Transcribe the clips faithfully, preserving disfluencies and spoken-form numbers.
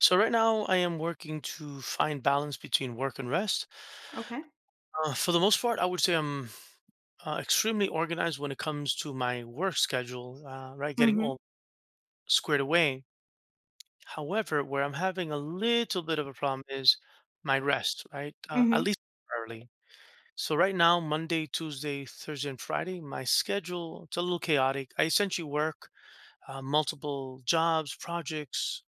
So right now I am working to find balance between work and rest. Okay. Uh, for the most part, I would say I'm uh, extremely organized when it comes to my work schedule, uh, right? Getting Mhm. all squared away. However, where I'm having a little bit of a problem is my rest, right? Uh, at Mhm. least early. So right now, Monday, Tuesday, Thursday, and Friday, my schedule, it's a little chaotic. I essentially work uh, multiple jobs, projects,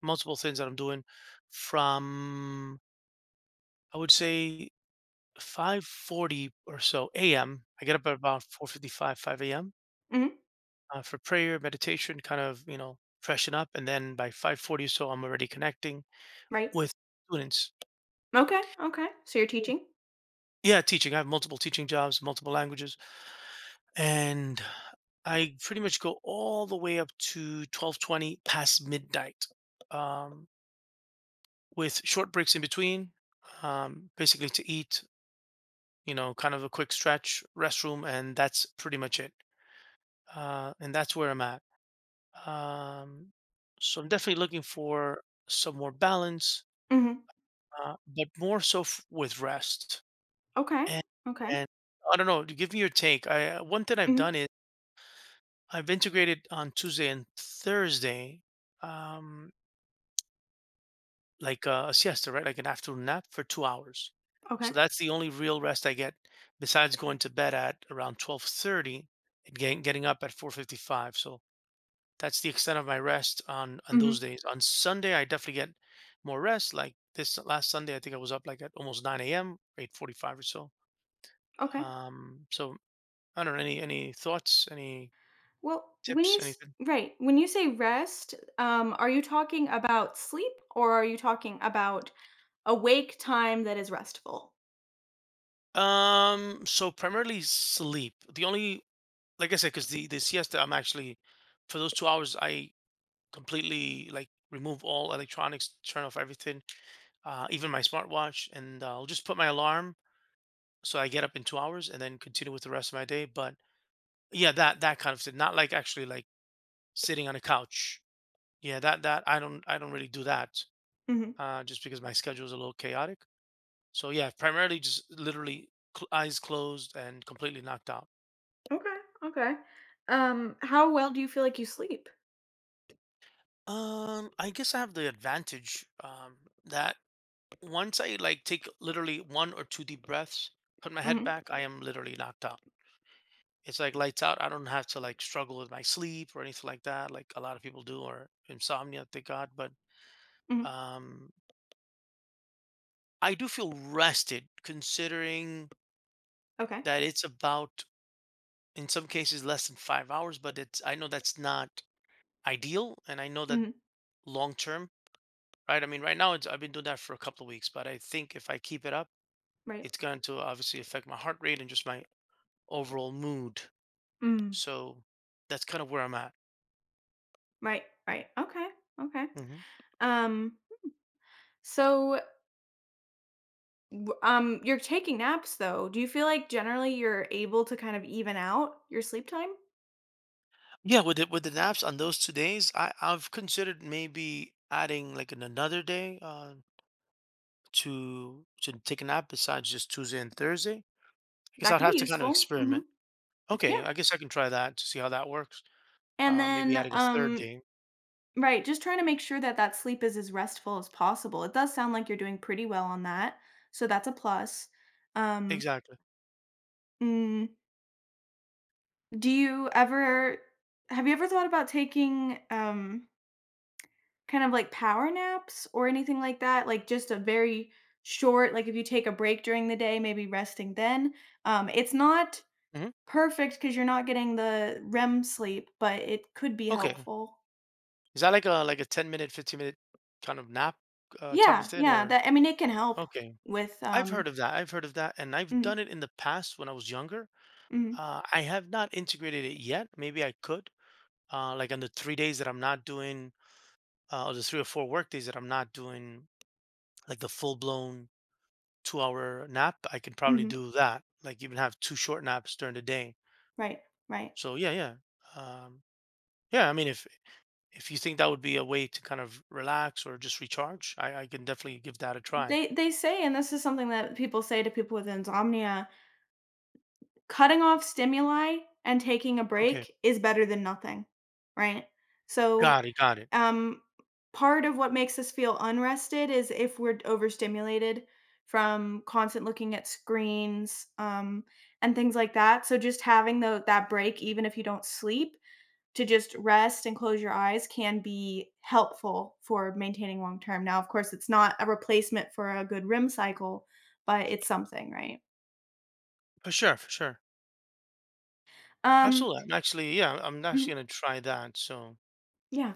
multiple things that I'm doing from, I would say, five forty or so A M. I get up at about four fifty-five, five A M, Mhm. uh, for prayer, meditation, kind of, you know, freshen up, and then by five forty or so, I'm already connecting Right. with students. Okay. Okay. So you're teaching? Yeah, teaching. I have multiple teaching jobs, multiple languages, and I pretty much go all the way up to twelve twenty past midnight, um, with short breaks in between, um, basically to eat, you know, kind of a quick stretch, restroom, and that's pretty much it. Uh, and that's where I'm at. Um, so I'm definitely looking for some more balance, Mhm. uh, but more so f- with rest. Okay. And Okay. and I don't know. Give me your take. I uh, One thing I've done Mhm. is I've integrated on Tuesday and Thursday, um, like a, a siesta, right? Like an afternoon nap for two hours. Okay. So that's the only real rest I get besides going to bed at around twelve thirty and getting getting up at four fifty-five. So that's the extent of my rest on on those Mhm. days. On Sunday, I definitely get more rest. Like this last Sunday, I think I was up like at almost nine a m, eight forty-five or so. Okay. Um, so I don't know, any any thoughts, any Well, when you tips, s- anything. right, when you say rest, um are you talking about sleep or are you talking about awake time that is restful? Um, so primarily sleep. The only, like I said, because the the siesta, I'm actually, for those two hours, I completely like remove all electronics, turn off everything, uh, even my smartwatch, and uh, I'll just put my alarm so I get up in two hours and then continue with the rest of my day. But yeah, that that kind of, sit not like actually like sitting on a couch. Yeah, that that I don't I don't really do that, Mhm. uh, just because my schedule is a little chaotic. So yeah, primarily just literally cl- eyes closed and completely knocked out. Okay. Okay. Um how well do you feel like you sleep? Um, I guess I have the advantage, um, that once I like take literally one or two deep breaths, put my head Mhm. back, I am literally knocked out. It's like lights out. I don't have to like struggle with my sleep or anything like that, like a lot of people do, or insomnia, thank God. But, Mhm. um, I do feel rested considering Okay. that it's about, in some cases, less than five hours, but it's, I know that's not ideal. And I know that Mhm. long term, right? I mean, right now, it's, I've been doing that for a couple of weeks, but I think if I keep it up, Right. it's going to obviously affect my heart rate and just my overall mood. Mm. So that's kind of where I'm at. Right. Right. Okay. Okay. hmm Um so W um, You're taking naps, though. Do you feel like generally you're able to kind of even out your sleep time? Yeah, with the, with the naps on those two days, I, I've considered maybe adding like an, another day, uh, to to take a nap besides just Tuesday and Thursday. Guess That I'd could have be to kind of useful. experiment. Mhm. Okay, Yeah. I guess I can try that to see how that works. And Uh, maybe then, adding a third um day. right, just trying to make sure that that sleep is as restful as possible. It does sound like you're doing pretty well on that, so that's a plus. Um, Exactly. mm, do you ever have you ever thought about taking, um kind of like power naps or anything like that? Like just a very short, like if you take a break during the day, maybe resting then. Um, it's not hmm perfect because you're not getting the R E M sleep, but it could be Okay. helpful. Is that like a like a ten minute, fifteen minute kind of nap, uh, type of Yeah, thing yeah. or That I mean, it can help okay. with I've um. heard of that. I've heard of that and I've Mm, done it in the past when I was younger. mm, Uh, I have not integrated it yet. Maybe I could. Uh, like on the three days that I'm not doing, uh, or the three or four work days that I'm not doing like the full blown two hour nap, I can probably hmm do that. Like even have two short naps during the day. right, right. So yeah, yeah. Um, yeah, I mean, if if you think that would be a way to kind of relax or just recharge, I, I can definitely give that a try. They they say, and this is something that people say to people with insomnia: cutting off stimuli and taking a Okay. break is better than nothing, right? So Got it, got it. um, part of what makes us feel unrested is if we're overstimulated from constant looking at screens, um, and things like that. So just having the that break, even if you don't sleep, to just rest and close your eyes can be helpful for maintaining long term. Now, of course, it's not a replacement for a good R E M cycle, but it's something, right? For sure, for sure. Um, Absolutely. I'm actually, yeah, I'm actually gonna try that. So yeah.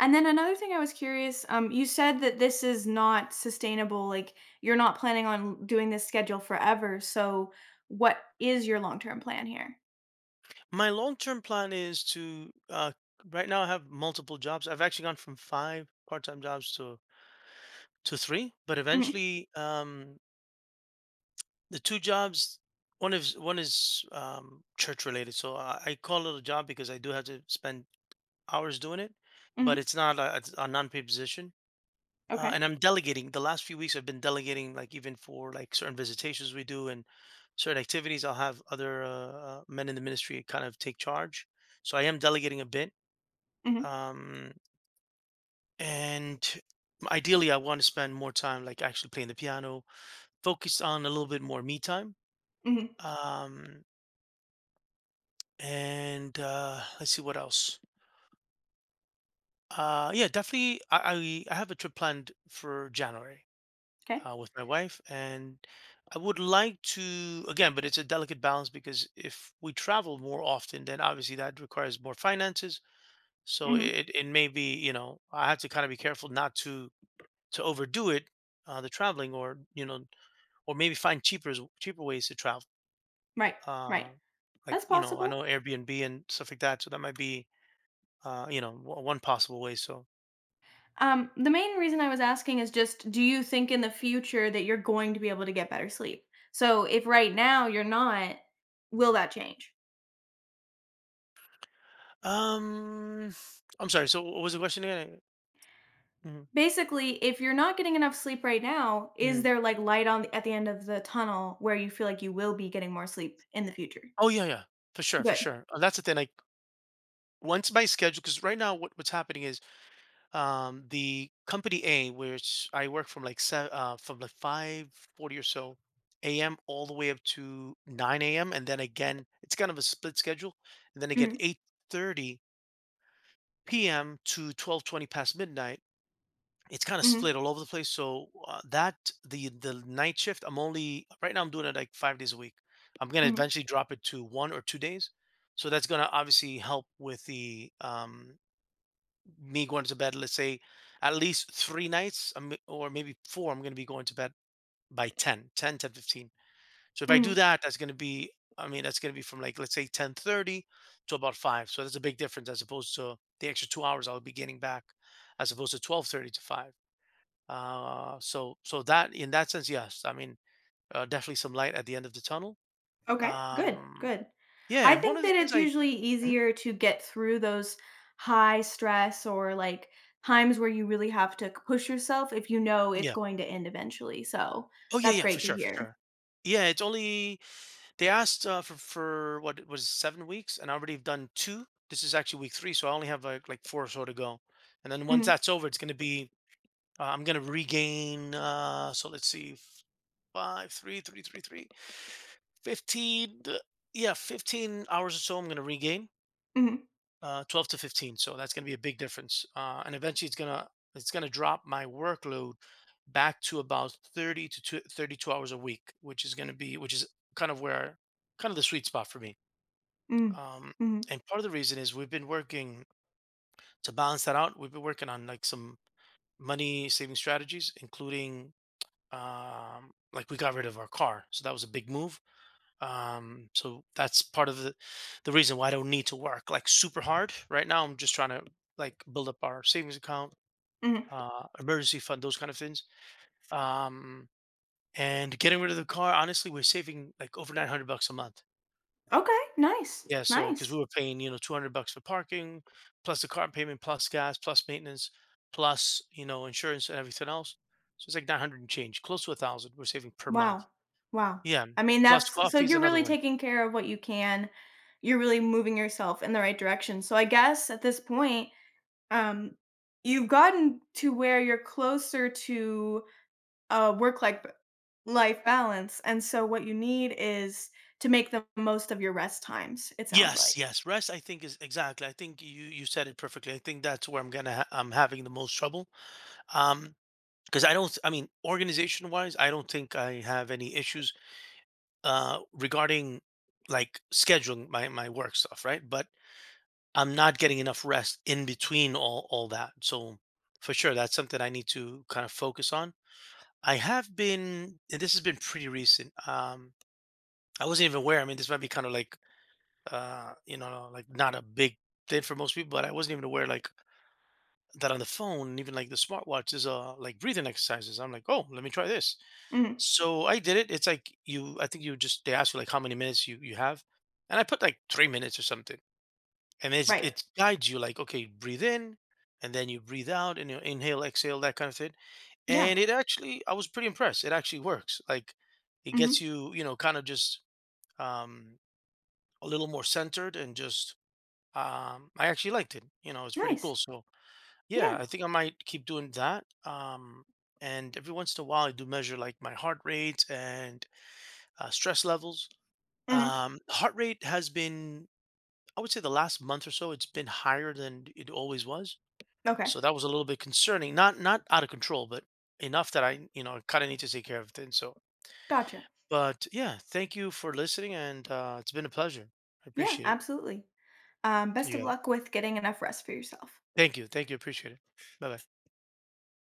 And then another thing I was curious, um, you said that this is not sustainable, like you're not planning on doing this schedule forever. So what is your long-term plan here? my long-term plan is to, uh, right now I have multiple jobs. I've actually gone from five part-time jobs to to three, but Mhm. eventually, um, the two jobs, one is one is, um, church related. So I, I call it a job because I do have to spend hours doing it, but Mhm. it's not a, it's a non-paid position. Uh, Okay. and I'm delegating. The last few weeks, I've been delegating, like even for like certain visitations we do and certain activities. I'll have other, uh, uh, men in the ministry kind of take charge. So I am delegating a bit, Mhm. um, and ideally, I want to spend more time, like actually playing the piano, focused on a little bit more me time. Mhm. Um, and uh, let's see what else. Uh, yeah, definitely. I, I I have a trip planned for January, Okay. uh, with my wife, and I would like to again, but it's a delicate balance because if we travel more often, then obviously that requires more finances. So Mhm. it it may be, you know, I have to kind of be careful not to to overdo it, uh, the traveling, or you know, or maybe find cheaper s- cheaper ways to travel. Right. Right. Uh, like, That's you know, I know possible. Airbnb and stuff like that, so that might be, uh, you know, o- one possible way. So, Um, the main reason I was asking is just do you think in the future that you're going to be able to get better sleep? So if right now you're not, will that change? um, I'm sorry. So what was the question again? Basically, if you're not getting enough sleep right now, is Mhm. there like light on at the end of the tunnel where you feel like you will be getting more sleep in the future? Oh, yeah, yeah. For sure, for Good. sure. And that's the thing, like, once my schedule, because right now what what's happening is, um, the company A, which I work from, like, se uh, from, like, five forty or so A M all the way up to nine A M, and then again it's kind of a split schedule, and then again Mhm. eight thirty P M to twelve twenty past midnight. It's kind of Mhm. split all over the place. So, uh, that the the night shift, I'm only right now. I'm doing it like five days a week. I'm gonna Mhm. eventually drop it to one or two days. So that's gonna obviously help with the, um, me going to bed. Let's say at least three nights, um, or maybe four. I'm gonna be going to bed by ten, ten, ten, fifteen. So if I do Mhm. that, that's gonna be. I mean, that's gonna be from like let's say ten thirty to about five. So that's a big difference as opposed to the extra two hours I'll be getting back, as opposed to twelve thirty to five. Uh, so so that in that sense, yes. I mean, uh, definitely some light at the end of the tunnel. Okay. Good. Um, Good. yeah, I and one think of the that things it's I, usually mhm, easier to get through those high stress or like times where you really have to push yourself if you know it's yeah. going to end eventually. So Oh yeah, that's yeah, for great to sure, for hear. sure. Yeah, it's only, they asked, uh, for for what it was seven weeks, and I already have done two. This is actually week three, so I only have like like four or so to go. And then once Mhm. that's over, it's gonna be, uh, I'm gonna regain. Uh, so let's see, five, three, three, three, three, fifteen. uh, Yeah, fifteen hours or so. I'm gonna regain, Mhm. uh, twelve to fifteen. So that's going to be a big difference. Uh, and eventually it's going to, it's going to drop my workload back to about thirty to two, thirty-two hours a week, which is going to be, which is kind of where, kind of the sweet spot for me. Mhm. Um, Mhm. and part of the reason is we've been working to balance that out. We've been working on like some money saving strategies, including, um, like we got rid of our car. So that was a big move. Um, so that's part of the the reason why I don't need to work like super hard right now. I'm just trying to like build up our savings account, Mhm. uh, emergency fund, those kind of things. Um, and getting rid of the car, honestly, we're saving like over nine hundred bucks a month. Okay. Nice. Yeah, so because Nice. we were paying, you know, two hundred bucks for parking, plus the car payment, plus gas, plus maintenance, plus, you know, insurance and everything else. So it's like nine hundred and change, close to a thousand we're saving per month. Wow. Wow. Yeah, I mean, plus that's So coffee is you're another really one. taking care of what you can. You're really moving yourself in the right direction. So I guess at this point, um, you've gotten to where you're closer to a work life life balance. And so what you need is to make the most of your rest times, it sounds Yes, like. yes. Rest, I think, is exactly. I think you you said it perfectly. I think that's where I'm gonna ha I'm having the most trouble. Um, because I don't, I mean, organization wise, I don't think I have any issues, uh, regarding like scheduling my my work stuff, right? But I'm not getting enough rest in between all all that. So for sure, that's something I need to kind of focus on. I have been, and this has been pretty recent. Um, I wasn't even aware. I mean, this might be kind of like, uh, you know, like not a big thing for most people, but I wasn't even aware like that on the phone, even like the smartwatch is, uh, like breathing exercises. I'm like, oh, let me try this. Mhm. So I did it. It's like you, I think you just, they ask you like how many minutes you, you have. And I put like three minutes or something. And it's, Right. it guides you like, okay, breathe in and then you breathe out, and you inhale, exhale, that kind of thing. Yeah. And it actually, I was pretty impressed. It actually works. Like it gets Mhm. you, you know, kind of just, um, a little more centered and just, um, I actually liked it, you know, it's pretty cool. Nice. So yeah, Yeah. I think I might keep doing that. Um, and every once in a while I do measure like my heart rate and, uh, stress levels. Mhm. Um, heart rate has been, I would say the last month or so it's been higher than it always was. Okay. So that was a little bit concerning, not not out of control, but enough that I, you know, kind of need to take care of things. So Gotcha. but yeah, thank you for listening and, uh, it's been a pleasure. I Yeah, appreciate it. absolutely. Um, best You of got it. luck with getting enough rest for yourself. Thank you, thank you, appreciate it. Bye bye.